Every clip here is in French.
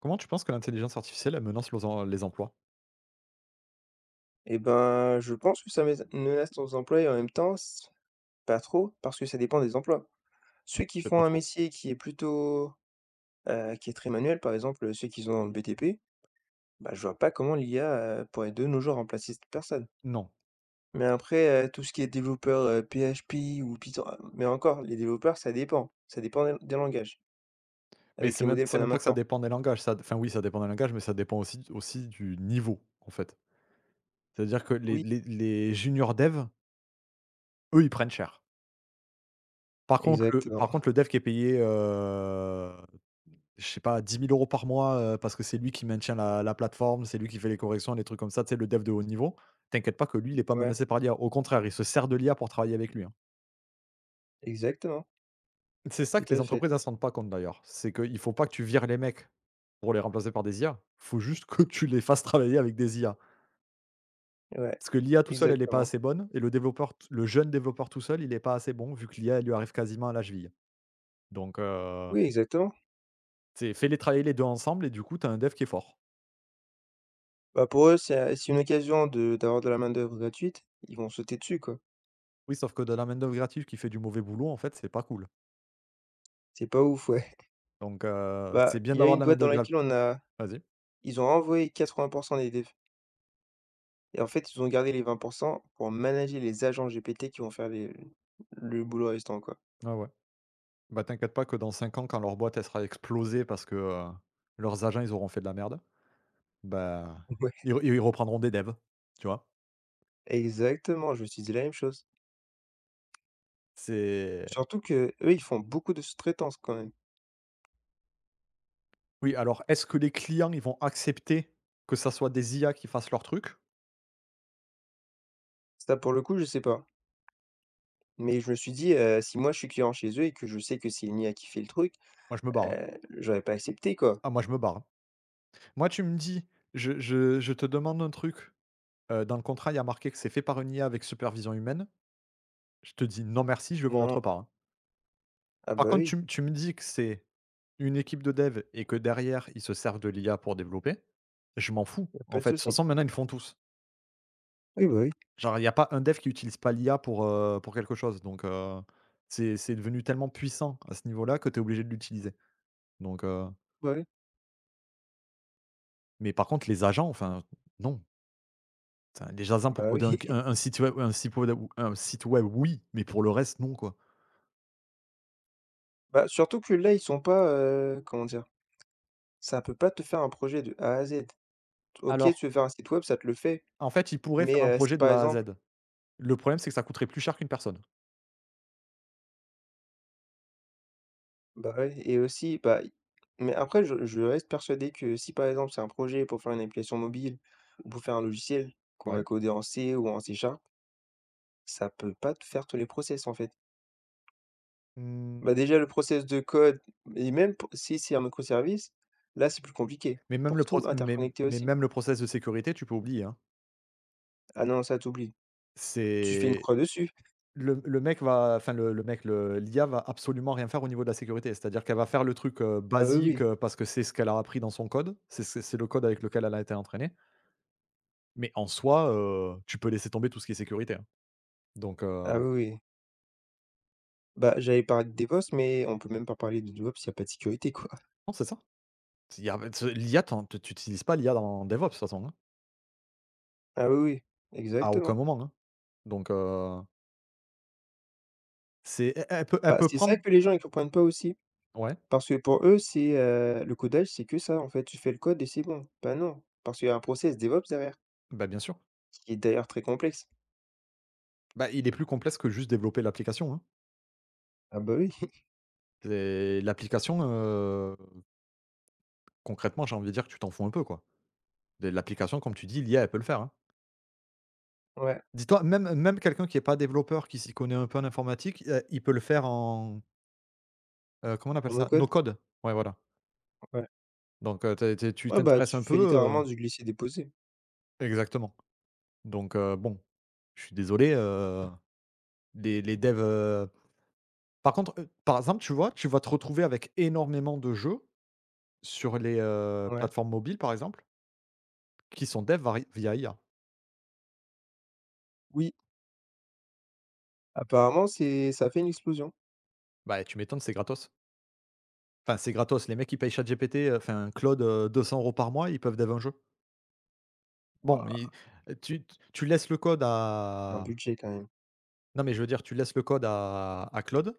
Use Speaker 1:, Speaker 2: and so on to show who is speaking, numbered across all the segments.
Speaker 1: Comment tu penses que l'intelligence artificielle, elle menace los em les emplois?
Speaker 2: Et ben, je pense que ça més menace nos emplois et en même temps, c pas trop, parce que ça dépend des emplois. Ceux qui
Speaker 1: C'est
Speaker 2: font
Speaker 1: pas
Speaker 2: un
Speaker 1: faux.
Speaker 2: métier qui est plutôt, qui est très manuel, par exemple, ceux qui sont dans le BTP, bah, je vois pas comment l'IA, pourrait de nos jours remplacer cette personne.
Speaker 1: Non,
Speaker 2: Mais après, tout ce qui est développeur, PHP ou Python ah, mais encore, les développeurs, ça dépend des langages,
Speaker 1: mais
Speaker 2: avec les modèles
Speaker 1: c'est
Speaker 2: qu'on a
Speaker 1: même pas que ça
Speaker 2: maintenant.
Speaker 1: dépend des langages, ça enfin oui, ça dépend des langages, mais ça dépend aussi du niveau, en fait. C'est-à-dire que les
Speaker 2: Oui,
Speaker 1: les les juniors devs, eux, ils prennent cher. Par contre le
Speaker 2: exactement,
Speaker 1: par contre le dev qui est payé, je sais pas 10 000 euros par mois, parce que c'est lui qui maintient la plateforme, c'est lui qui fait les corrections, les trucs comme ça, tu sais, le dev de haut niveau, t'inquiète pas que lui, il est pas
Speaker 2: ouais,
Speaker 1: menacé par l'IA. Au contraire, il se sert de l'IA pour travailler avec lui, hein.
Speaker 2: exactement,
Speaker 1: C'est ça que
Speaker 2: tout
Speaker 1: les
Speaker 2: à fait,
Speaker 1: entreprises, ne se rendent pas compte d'ailleurs, c'est qu'il ne faut pas que tu vires les mecs pour les remplacer par des IA, faut juste que tu les fasses travailler avec des IA.
Speaker 2: ouais,
Speaker 1: Parce que l'IA tout seul, elle est pas
Speaker 2: exactement.
Speaker 1: assez bonne et le jeune développeur tout seul, il est pas assez bon vu que l'IA, elle lui arrive quasiment à la cheville. Donc,
Speaker 2: Oui, exactement.
Speaker 1: tu fais-les travailler les 2 ensemble et du coup, tu as un dev qui est fort.
Speaker 2: Bah, pour eux, c'est une occasion de d'avoir de la main-d'œuvre gratuite, ils vont sauter dessus, quoi.
Speaker 1: Oui, sauf que de la main-d'œuvre gratuite qui fait du mauvais boulot, en fait, c'est pas cool.
Speaker 2: C'est pas ouf, ouais.
Speaker 1: Donc,
Speaker 2: Bah,
Speaker 1: c'est bien
Speaker 2: il y a
Speaker 1: d'avoir
Speaker 2: une
Speaker 1: de la
Speaker 2: boîte dans
Speaker 1: main-d'œuvre grat.
Speaker 2: laquelle on a
Speaker 1: Vas-y.
Speaker 2: ils ont envoyé 80 des devs et en fait, ils ont gardé les 20% pour manager les agents GPT qui vont faire les le boulot restant, quoi.
Speaker 1: Ah ouais. Bah, t'inquiète pas que dans 5 ans, quand leur boîte, elle sera explosée parce que, leurs agents, ils auront fait de la merde, bah,
Speaker 2: Ouais,
Speaker 1: ils reprendront des devs, tu vois?
Speaker 2: exactement, je me suis dit la même chose.
Speaker 1: C'est
Speaker 2: Surtout qu'eux, ils font beaucoup de sous-traitance quand même.
Speaker 1: Oui, alors est-ce que les clients, ils vont accepter que ça soit des IA qui fassent leur truc?
Speaker 2: Ça, pour le coup, je sais pas. Mais je me suis dit, si moi je suis client chez eux et que je sais que c'est une I a qui fait le truc,
Speaker 1: Moi, je me barre, hein.
Speaker 2: j'aurais pas accepté, quoi.
Speaker 1: Ah, moi, je me barre, hein. Moi, tu me dis: «Je te demande un truc, dans le contrat, il y a marqué que c'est fait par une IA avec supervision humaine». Je te dis: «Non merci, je vais voir
Speaker 2: Non.
Speaker 1: autre part», hein.
Speaker 2: Ah
Speaker 1: Par
Speaker 2: bah,
Speaker 1: contre, tu
Speaker 2: oui,
Speaker 1: me tu me dis que c'est une équipe de dev et que derrière, ils se servent de l'IA pour développer, je m'en fous,
Speaker 2: y a pas
Speaker 1: en
Speaker 2: de
Speaker 1: fait. De toute
Speaker 2: souci.
Speaker 1: façon, maintenant, ils le font tous.
Speaker 2: Oui, bah, oui.
Speaker 1: Genre, il y a pas un dev qui utilise pas l'IA pour quelque chose, donc, c'est devenu tellement puissant à ce niveau-là que tu es obligé de l'utiliser. Donc,
Speaker 2: Ouais, ouais.
Speaker 1: mais par contre les agents, enfin, non. Enfin, les agents pour
Speaker 2: Bah, oui.
Speaker 1: coder un un un site web un site web un site web, oui, mais pour le reste, non, quoi.
Speaker 2: Bah, surtout que là, ils sont pas, comment dire? Ça peut pas te faire un projet de A à Z. OK,
Speaker 1: Alors,
Speaker 2: tu veux faire un site web, ça te le fait,
Speaker 1: en fait, ils pourraient
Speaker 2: mais
Speaker 1: faire un
Speaker 2: si
Speaker 1: projet de
Speaker 2: par
Speaker 1: A à Z.
Speaker 2: exemple
Speaker 1: Le problème, c'est que ça coûterait plus cher qu'une personne.
Speaker 2: bah, ouais et aussi, bah, mais après je reste persuadé que si par exemple c'est un projet pour faire une application mobile ou pour faire un logiciel qu'on va
Speaker 1: Ouais.
Speaker 2: coder en C ou en C Sharp, ça peut pas te faire tous les process, en fait.
Speaker 1: Mmh,
Speaker 2: Bah, déjà le process de code et même pour si c'est un microservice, là, c'est plus compliqué.
Speaker 1: mais même
Speaker 2: Pour
Speaker 1: le
Speaker 2: tout
Speaker 1: proc mais
Speaker 2: interconnecter
Speaker 1: mais
Speaker 2: aussi.
Speaker 1: même le process de sécurité, tu peux oublier, hein.
Speaker 2: Ah non, ça t'oublie. Tu fais une
Speaker 1: C'est
Speaker 2: croix dessus.
Speaker 1: le mec va enfin le mec, le l'IA va absolument rien faire au niveau de la sécurité. C'est-à-dire qu'elle va faire le truc,
Speaker 2: Ah oui,
Speaker 1: basique,
Speaker 2: oui.
Speaker 1: parce que c'est ce qu'elle a appris dans son code. C'est le code avec lequel elle a été entraînée. Mais en soi, tu peux laisser tomber tout ce qui est sécurité, hein. Donc,
Speaker 2: Ah
Speaker 1: non,
Speaker 2: oui, oui. Bah, j'allais parler de DevOps, mais on peut même pas parler de DevOps, il n'y a pas de sécurité, quoi.
Speaker 1: c'est ça. il y a bah, ce l'IA, t'en tu n'utilises utilises pas l'IA dans DevOps de toute façon, hein.
Speaker 2: Ah oui, oui,
Speaker 1: À aucun
Speaker 2: exactement.
Speaker 1: moment, hein. Donc, c'est elle elle
Speaker 2: Bah,
Speaker 1: peut
Speaker 2: c'est ça
Speaker 1: prendre
Speaker 2: que les gens ils comprennent pas aussi.
Speaker 1: ouais,
Speaker 2: Parce que pour eux, c'est, le codage, c'est que ça, en fait. Tu fais le code et c'est bon. Bah non, parce qu'il y a un process DevOps derrière,
Speaker 1: bah, bien sûr.
Speaker 2: qui est d'ailleurs très complexe.
Speaker 1: Bah, il est plus complexe que juste développer l'application, hein.
Speaker 2: Ah bah oui,
Speaker 1: C'est l'application, concrètement, j'ai envie de dire que tu t'en fous un peu, quoi. De l'application, comme tu dis, l'IA, elle peut le faire, hein.
Speaker 2: ouais,
Speaker 1: Dis-toi, même quelqu'un qui est pas développeur, qui s'y connaît un peu en informatique, il peut le faire en, comment on appelle
Speaker 2: en no
Speaker 1: ça? No
Speaker 2: code,
Speaker 1: code. Ouais, voilà.
Speaker 2: ouais.
Speaker 1: Donc, tu
Speaker 2: Ouais, bah,
Speaker 1: t'intéresses
Speaker 2: tu
Speaker 1: un peu,
Speaker 2: fais
Speaker 1: heu
Speaker 2: littéralement du glisser-déposer.
Speaker 1: exactement. Donc, bon, je suis désolé, les devs, par contre, par exemple, tu vois, tu vas te retrouver avec énormément de jeux sur les,
Speaker 2: Ouais.
Speaker 1: plateformes mobiles, par exemple, qui sont devs vari via IA.
Speaker 2: Oui, apparemment, c'est ça fait une explosion.
Speaker 1: Bah, tu m'étonnes, c'est gratos. Enfin, c'est gratos, les mecs, ils payent ChatGPT, enfin Claude, 200 € par mois, ils peuvent dev un jeu. Bon, ils
Speaker 2: Waouh,
Speaker 1: tu tu laisses le code
Speaker 2: un
Speaker 1: à
Speaker 2: budget quand même.
Speaker 1: non, mais je veux dire, tu laisses le code à Claude.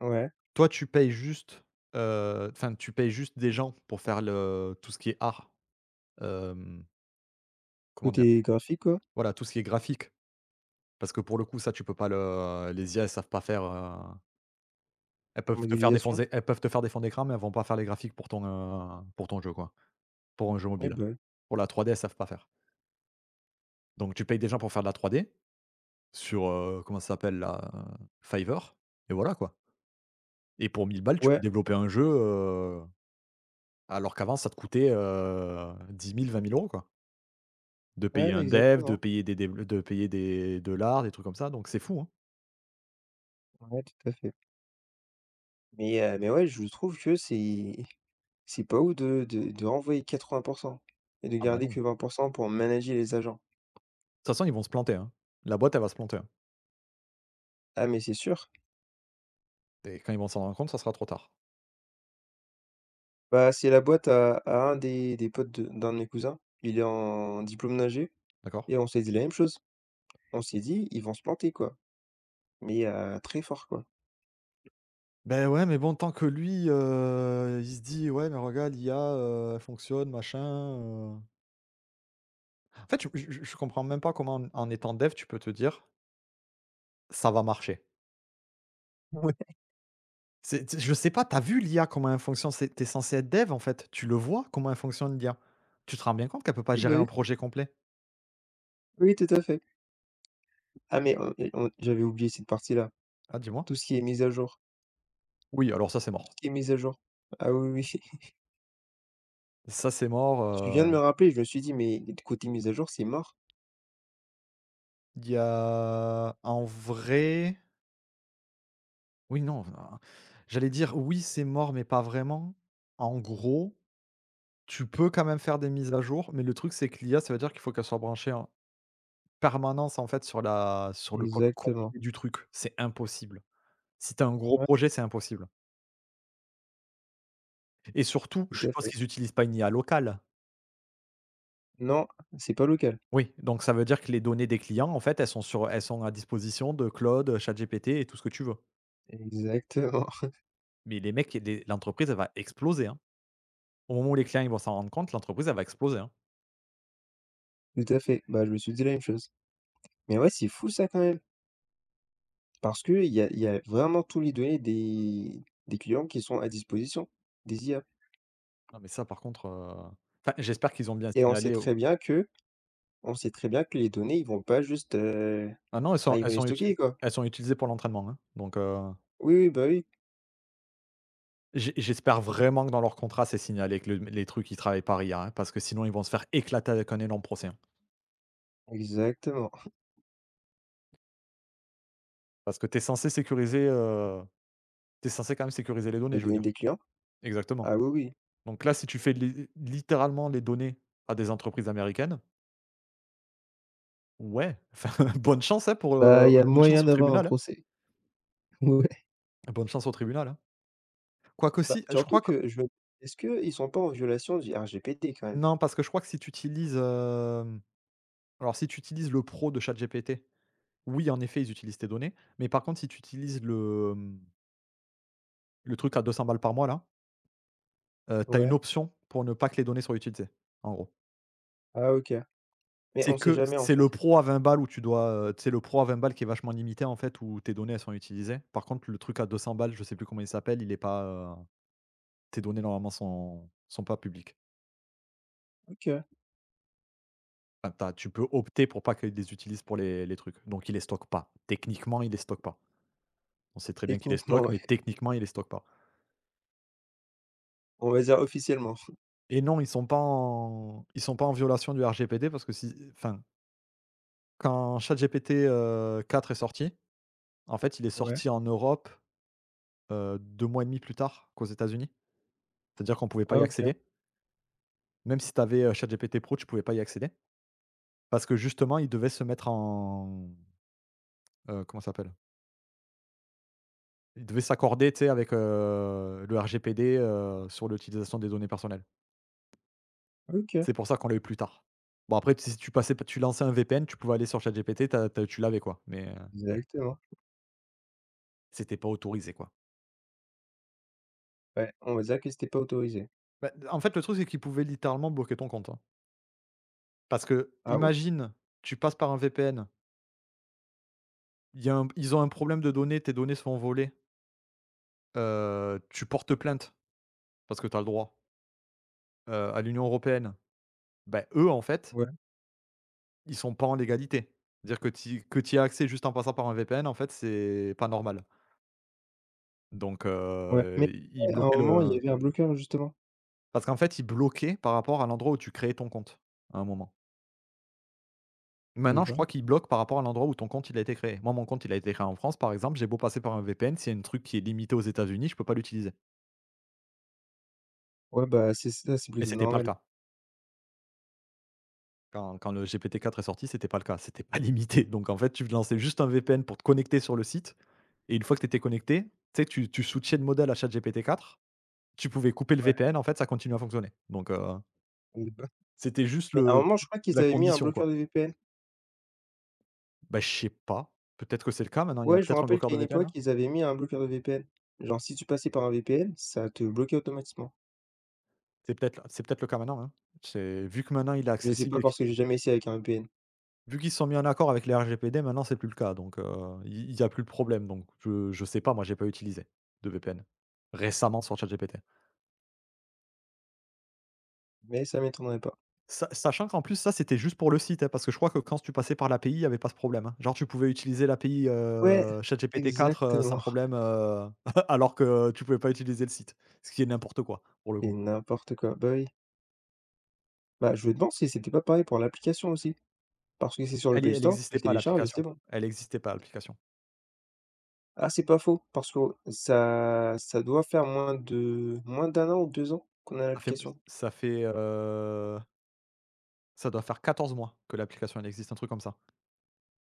Speaker 2: Ouais.
Speaker 1: Toi, tu payes juste, enfin, tu payes juste des gens pour faire le tout ce qui est art, hem, comment dire?
Speaker 2: Côté graphique, quoi,
Speaker 1: Voilà, tout ce qui est graphique. Parce que pour le coup, ça, tu peux pas le les IA, elles savent pas faire,
Speaker 2: modélisation.
Speaker 1: elles peuvent te faire des fonds d'écran, mais elles vont pas faire les graphiques pour ton jeu, quoi, pour un jeu
Speaker 2: Eh
Speaker 1: mobile.
Speaker 2: ben
Speaker 1: Pour la 3D, elles savent pas faire. Donc tu payes des gens pour faire de la 3D sur, comment ça s'appelle là? Fiverr et voilà, quoi. Et pour 1000 balles, tu peux
Speaker 2: ouais.
Speaker 1: développer un jeu, alors qu'avant ça te coûtait, 10 000-20 000 €, quoi. De payer
Speaker 2: Ouais,
Speaker 1: un dev, de
Speaker 2: exactement.
Speaker 1: payer des dév de payer des de l'art, des trucs comme ça, donc c'est fou, hein.
Speaker 2: Ouais, tout à fait. Mais ouais, je trouve que c'est pas ouf de renvoyer 80 et de
Speaker 1: Ah bah
Speaker 2: garder
Speaker 1: non.
Speaker 2: que 20% pour manager les agents.
Speaker 1: De toute façon, ils vont se planter, hein. La boîte, elle va se planter, hein,
Speaker 2: Ah, mais c'est sûr.
Speaker 1: et quand ils vont s'en rendre compte, ça sera trop tard.
Speaker 2: Bah, c'est la boîte à un des potes de d'un de mes cousins. Il est en diplôme nager
Speaker 1: D'accord?
Speaker 2: et on s'est dit la même chose. On s'est dit: «Ils vont se planter, quoi». Mais très fort, quoi.
Speaker 1: Ben ouais, mais bon, tant que lui, il se dit: «Ouais, mais regarde, l'IA, elle fonctionne, machin, heu». En fait, je comprends même pas comment en étant dev, tu peux te dire: «Ça va marcher».
Speaker 2: Ouais.
Speaker 1: C'est tu Je sais pas. T'as as vu l'IA comment elle fonctionne? C'est Tu censé être dev, en fait, tu le vois comment elle fonctionne l'IA. Tu te rends bien compte qu'elle peut pas
Speaker 2: Oui, bah,
Speaker 1: gérer
Speaker 2: oui.
Speaker 1: un projet complet?
Speaker 2: Oui, tout à fait. Ah mais on j'avais oublié cette partie-là.
Speaker 1: Ah, dis-moi?
Speaker 2: Tout ce qui est mise à jour,
Speaker 1: Oui, alors ça, c'est
Speaker 2: tout ce
Speaker 1: mort.
Speaker 2: qui est mise à jour. Ah oui, oui,
Speaker 1: Ça, c'est mort,
Speaker 2: Tu viens de me rappeler, je me suis dit: «Mais côté mise à jour, c'est mort».
Speaker 1: il y a en vrai oui, non, enfin, j'allais dire: «Oui, c'est mort», mais pas vraiment. En gros, tu peux quand même faire des mises à jour, mais le truc, c'est que l'IA, ça veut dire qu'il faut qu'elle soit branchée en permanence, en fait, sur le code complet
Speaker 2: Exactement.
Speaker 1: du truc. C'est impossible. Si tu as un gros
Speaker 2: Ouais,
Speaker 1: projet, c'est impossible et surtout, je
Speaker 2: tout à
Speaker 1: suppose
Speaker 2: fait.
Speaker 1: qu'ils n'utilisent pas une IA locale?
Speaker 2: Non, c'est pas local.
Speaker 1: Oui, donc ça veut dire que les données des clients, en fait, elles sont à disposition de Claude, ChatGPT et tout ce que tu veux,
Speaker 2: Exactement,
Speaker 1: mais les mecs les l'entreprise, elle va exploser, hein. Au moment où les clients ils vont s'en rendre compte, l'entreprise, elle va exploser, hein.
Speaker 2: tout à fait. Bah, je me suis dit la même chose. Mais ouais, c'est fou ça quand même, parce qu'il y a vraiment tous les données des clients qui sont à disposition, des IA.
Speaker 1: Non, mais ça, par contre, enfin, j'espère qu'ils ont bien
Speaker 2: Et
Speaker 1: signalé au
Speaker 2: on sait très bien que les données, ils vont pas juste,
Speaker 1: ah non, elles
Speaker 2: enfin,
Speaker 1: sont
Speaker 2: ils vont
Speaker 1: elles
Speaker 2: les
Speaker 1: sont
Speaker 2: stocker,
Speaker 1: utilis
Speaker 2: quoi.
Speaker 1: elles sont utilisées pour l'entraînement, hein, donc,
Speaker 2: Oui, oui, bah, oui,
Speaker 1: j'espère vraiment que dans leur contrat, c'est signalé que le les trucs, ils travaillent par IA, hein, parce que sinon ils vont se faire éclater avec un énorme procès, hein.
Speaker 2: exactement.
Speaker 1: Parce que tu censé quand même sécuriser les données,
Speaker 2: Et
Speaker 1: je veux
Speaker 2: donner
Speaker 1: dire.
Speaker 2: des clients?
Speaker 1: Exactement,
Speaker 2: Ah oui, oui.
Speaker 1: donc là, si tu fais li littéralement les données à des entreprises américaines, ouais, enfin, bonne chance, hein, pour,
Speaker 2: Bah, il y a
Speaker 1: bonne
Speaker 2: moyen
Speaker 1: chance au
Speaker 2: d'avoir un
Speaker 1: tribunal, hein,
Speaker 2: procès. Ouais.
Speaker 1: bonne chance au tribunal, hein. Quoique
Speaker 2: Bah,
Speaker 1: si, je
Speaker 2: surtout
Speaker 1: crois que.
Speaker 2: que je me Est-ce qu'ils sont pas en violation du RGPD quand même?
Speaker 1: Non, parce que je crois que si tu utilises, alors si tu utilises le pro de ChatGPT, oui, en effet, ils utilisent tes données, mais par contre, si tu utilises le truc à 200 balles par mois là, tu as une
Speaker 2: Ouais.
Speaker 1: option pour ne pas que les données soient utilisées, en gros.
Speaker 2: Ah OK. Mais
Speaker 1: C'est
Speaker 2: on sait
Speaker 1: que
Speaker 2: jamais en
Speaker 1: c'est
Speaker 2: fait.
Speaker 1: le pro à 20 balles où tu dois, tu le pro à 20 balles qui est vachement limité en fait, où tes données, elles sont utilisées. Par contre, le truc à 200 balles, je sais plus comment il s'appelle, il est pas, tes données normalement sont pas publiques.
Speaker 2: OK.
Speaker 1: Enfin, tu peux opter pour pas qu'ils les utilisent pour les trucs, donc ils les stockent pas. Techniquement, ils les stockent pas. On sait très bien qu'il les
Speaker 2: Techniquement,
Speaker 1: stocke,
Speaker 2: ouais.
Speaker 1: mais techniquement, il les stocke pas.
Speaker 2: On va dire officiellement.
Speaker 1: Et non, ils sont pas en violation du RGPD parce que si enfin, quand ChatGPT, 4 est sorti, en fait, il est
Speaker 2: Ouais.
Speaker 1: sorti en Europe, 2 mois et demi plus tard qu'aux États-Unis. C'est-à-dire qu'on pouvait pas
Speaker 2: Ah
Speaker 1: y
Speaker 2: OK.
Speaker 1: accéder. Même si tu avais, ChatGPT Pro, tu pouvais pas y accéder. Parce que justement, ils devaient se mettre en, comment ça s'appelle? Ils devaient s'accorder, tu sais, avec, le RGPD, sur l'utilisation des données personnelles.
Speaker 2: OK.
Speaker 1: C'est pour ça qu'on l'a eu plus tard. Bon après tu si tu passais tu lançais un VPN, tu pouvais aller sur ChatGPT, tu l'avais quoi, mais,
Speaker 2: Exactement.
Speaker 1: c'était pas autorisé quoi.
Speaker 2: Ouais, on va dire que c'était pas autorisé.
Speaker 1: Bah, en fait, le truc, c'est qu'ils pouvaient littéralement bloquer ton compte, hein. Parce que
Speaker 2: Ah ouais?
Speaker 1: imagine, tu passes par un VPN, il y a un ils ont un problème de données, tes données se font voler, tu portes plainte parce que tu as le droit, à l'Union européenne. Bah, eux, en fait,
Speaker 2: Ouais,
Speaker 1: ils sont pas en légalité. Dire que tu as accès juste en passant par un VPN, en fait, c'est pas normal. Donc,
Speaker 2: ouais. Mais
Speaker 1: ils
Speaker 2: après, à un
Speaker 1: bloquaient
Speaker 2: moment, il
Speaker 1: le.
Speaker 2: y avait un bloqueur justement.
Speaker 1: Parce qu'en fait, ils bloquaient par rapport à l'endroit où tu créais ton compte, à un moment.
Speaker 2: Et
Speaker 1: Maintenant, je
Speaker 2: bah
Speaker 1: crois qu'ils bloquent par rapport à l'endroit où ton compte, il a été créé. Moi, mon compte, il a été créé en France, par exemple, j'ai beau passer par un VPN, s'il y a un truc qui est limité aux États-Unis, je peux pas l'utiliser.
Speaker 2: ouais, bah, c'est ça, c'est
Speaker 1: Mais
Speaker 2: plutôt
Speaker 1: c'était pas le
Speaker 2: normal.
Speaker 1: cas. Quand le GPT-4 est sorti, c'était pas le cas, c'était pas limité. Donc en fait, tu lançais juste un VPN pour te connecter sur le site et une fois que tu étais connecté, tu sais, tu switchais de modèle à ChatGPT-4, tu pouvais couper le
Speaker 2: Ouais.
Speaker 1: VPN, en fait, ça continuait à fonctionner. Donc
Speaker 2: Et bah
Speaker 1: c'était juste
Speaker 2: mais à un
Speaker 1: le
Speaker 2: moment, je crois qu'ils
Speaker 1: la
Speaker 2: avaient mis un
Speaker 1: condition,
Speaker 2: bloqueur
Speaker 1: quoi.
Speaker 2: de VPN.
Speaker 1: Bah, je sais pas, peut-être que c'est le cas maintenant, il y
Speaker 2: Ouais,
Speaker 1: a
Speaker 2: je me
Speaker 1: peut-être un
Speaker 2: rappelle
Speaker 1: bloqueur
Speaker 2: qu'à
Speaker 1: de
Speaker 2: une
Speaker 1: VPN,
Speaker 2: époque,
Speaker 1: hein?
Speaker 2: ils avaient mis un bloqueur de VPN. Genre, si tu passais par un VPN, ça te bloquait automatiquement.
Speaker 1: C'est peut-être le cas maintenant, hein. C'est Vu que maintenant il est
Speaker 2: Je sais pas
Speaker 1: accessible et qu'ils
Speaker 2: parce que j'ai
Speaker 1: sont
Speaker 2: jamais essayé avec un VPN,
Speaker 1: vu qu'ils se sont mis en accord avec les RGPD, maintenant c'est plus le cas donc il y a plus de problème donc je sais pas, moi j'ai pas utilisé de VPN récemment sur ChatGPT.
Speaker 2: mais ça m'étonnerait pas.
Speaker 1: Sa Sachant qu'en plus ça c'était juste pour le site, hein, parce que je crois que quand tu passais par l'API, il y avait pas ce problème, hein. Genre tu pouvais utiliser l'API,
Speaker 2: Ouais,
Speaker 1: ChatGPT 4, sans
Speaker 2: exactement
Speaker 1: problème, alors que tu pouvais pas utiliser le site, ce qui est n'importe quoi pour le
Speaker 2: et
Speaker 1: coup.
Speaker 2: n'importe quoi. Bah oui. Bah, je me demande si c'était pas pareil pour l'application aussi, parce que c'est sur le Play
Speaker 1: Elle
Speaker 2: Store, tu
Speaker 1: existait
Speaker 2: le
Speaker 1: pas
Speaker 2: télécharges et c'est
Speaker 1: l'application,
Speaker 2: bon.
Speaker 1: elle existait pas l'application.
Speaker 2: Ah, c'est pas faux, parce que ça doit faire moins de moins d'un an ou 2 ans qu'on a
Speaker 1: Ça fait m
Speaker 2: l'application.
Speaker 1: ça fait, heu Ça doit faire 14 mois que l'application elle existe, un truc comme ça.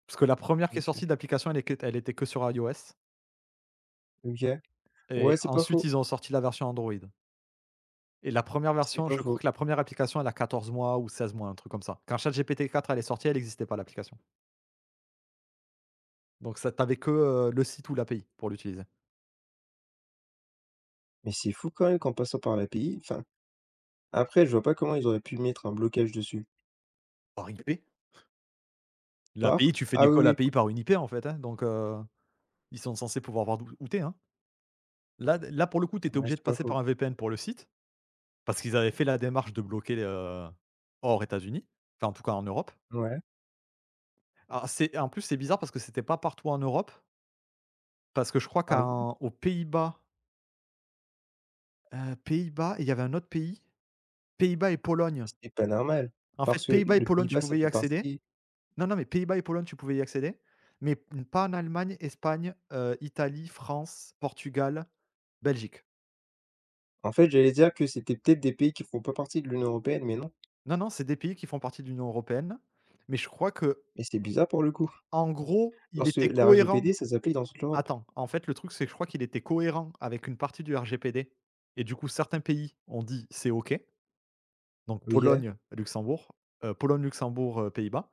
Speaker 1: Parce que la première qui est
Speaker 2: OK.
Speaker 1: sortie d'application, elle était que sur iOS
Speaker 2: OK. Ouais,
Speaker 1: et
Speaker 2: c'est pas
Speaker 1: ensuite
Speaker 2: faux,
Speaker 1: ils ont sorti la version Android et la première
Speaker 2: c'est
Speaker 1: version,
Speaker 2: pas
Speaker 1: je crois
Speaker 2: faux.
Speaker 1: que la première application, elle a 14 mois ou 16 mois, un truc comme ça. Quand ChatGPT 4 elle est sortie, elle n'existait pas l'application. Donc ça tu que, le site ou l'API pour l'utiliser.
Speaker 2: Mais c'est fou quand même qu'en passant par l'API, enfin après, je vois pas comment ils auraient pu mettre un blocage dessus.
Speaker 1: Par IP? L'API,
Speaker 2: Par?
Speaker 1: tu fais
Speaker 2: Ah
Speaker 1: des calls
Speaker 2: oui, oui,
Speaker 1: API par une IP, en fait, hein, donc ils sont censés pouvoir voir d'où où t'es, hein. Là, pour le coup, tu étais
Speaker 2: ouais,
Speaker 1: obligé de
Speaker 2: c'est pas
Speaker 1: passer
Speaker 2: faux.
Speaker 1: par un VPN pour le site, parce qu'ils avaient fait la démarche de bloquer, hors États-Unis, enfin, en tout cas en Europe.
Speaker 2: Ouais.
Speaker 1: Alors c'est bizarre parce que c'était pas partout en Europe, parce que je crois
Speaker 2: Ah ouais?
Speaker 1: qu'en Pays-Bas, il y avait un autre pays, Pays-Bas et Pologne.
Speaker 2: C'est pas normal,
Speaker 1: En
Speaker 2: parce
Speaker 1: fait,
Speaker 2: que
Speaker 1: Pays-Bas et
Speaker 2: le
Speaker 1: Pologne, tu
Speaker 2: Pays-Bas, ça
Speaker 1: pouvais y
Speaker 2: fait
Speaker 1: accéder.
Speaker 2: partie
Speaker 1: Non, non, mais Pays-Bas et Pologne, tu pouvais y accéder, mais pas en Allemagne, Espagne, Italie, France, Portugal, Belgique.
Speaker 2: en fait, j'allais dire que c'était peut-être des pays qui font pas partie de l'Union européenne, mais non.
Speaker 1: Non, non, c'est des pays qui font partie de l'Union européenne, mais je crois que
Speaker 2: Mais c'est bizarre pour le coup,
Speaker 1: en gros, il
Speaker 2: parce que
Speaker 1: était
Speaker 2: la
Speaker 1: cohérent.
Speaker 2: RGPD, ça s'applique dans toute l'Europe.
Speaker 1: Attends, en fait, le truc, c'est que je crois qu'il était cohérent avec une partie du RGPD et du coup, certains pays ont dit: «C'est OK». Donc
Speaker 2: OK,
Speaker 1: Pologne, Luxembourg, Pays-Bas,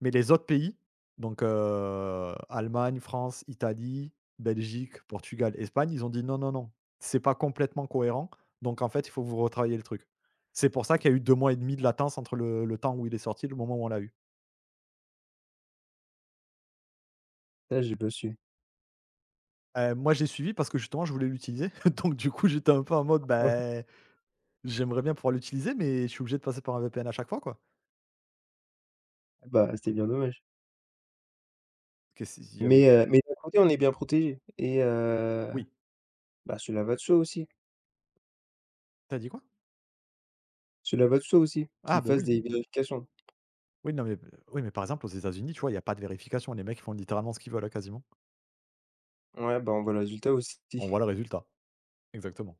Speaker 1: mais les autres pays, donc Allemagne, France, Italie, Belgique, Portugal, Espagne, ils ont dit: «Non, non, non, c'est pas complètement cohérent, donc en fait, il faut que vous retravailliez le truc». C'est pour ça qu'il y a eu 2 mois et demi de latence entre le temps où il est sorti et le moment où on l'a eu.
Speaker 2: ça, j'ai pas su.
Speaker 1: Moi, j'ai suivi parce que justement, je voulais l'utiliser, donc du coup, j'étais un peu en mode: «Beh, j'aimerais bien pouvoir l'utiliser, mais je suis obligé de passer par un VPN à chaque fois, quoi».
Speaker 2: Ouais, bah, c'était bien dommage.
Speaker 1: Que si il y avait
Speaker 2: Mais d'un côté, on est bien protégé. Et
Speaker 1: oui.
Speaker 2: bah,
Speaker 1: T'as dit quoi?
Speaker 2: cela va de soi aussi, qu'ils
Speaker 1: Ah, ben
Speaker 2: fassent
Speaker 1: oui.
Speaker 2: des vérifications.
Speaker 1: Oui, non, mais oui, mais par exemple, aux États-Unis, tu vois, il y a pas de vérification. Les mecs font littéralement ce qu'ils veulent, hein, quasiment.
Speaker 2: Ouais, bah, on voit le résultat aussi.
Speaker 1: On voit le résultat. Exactement.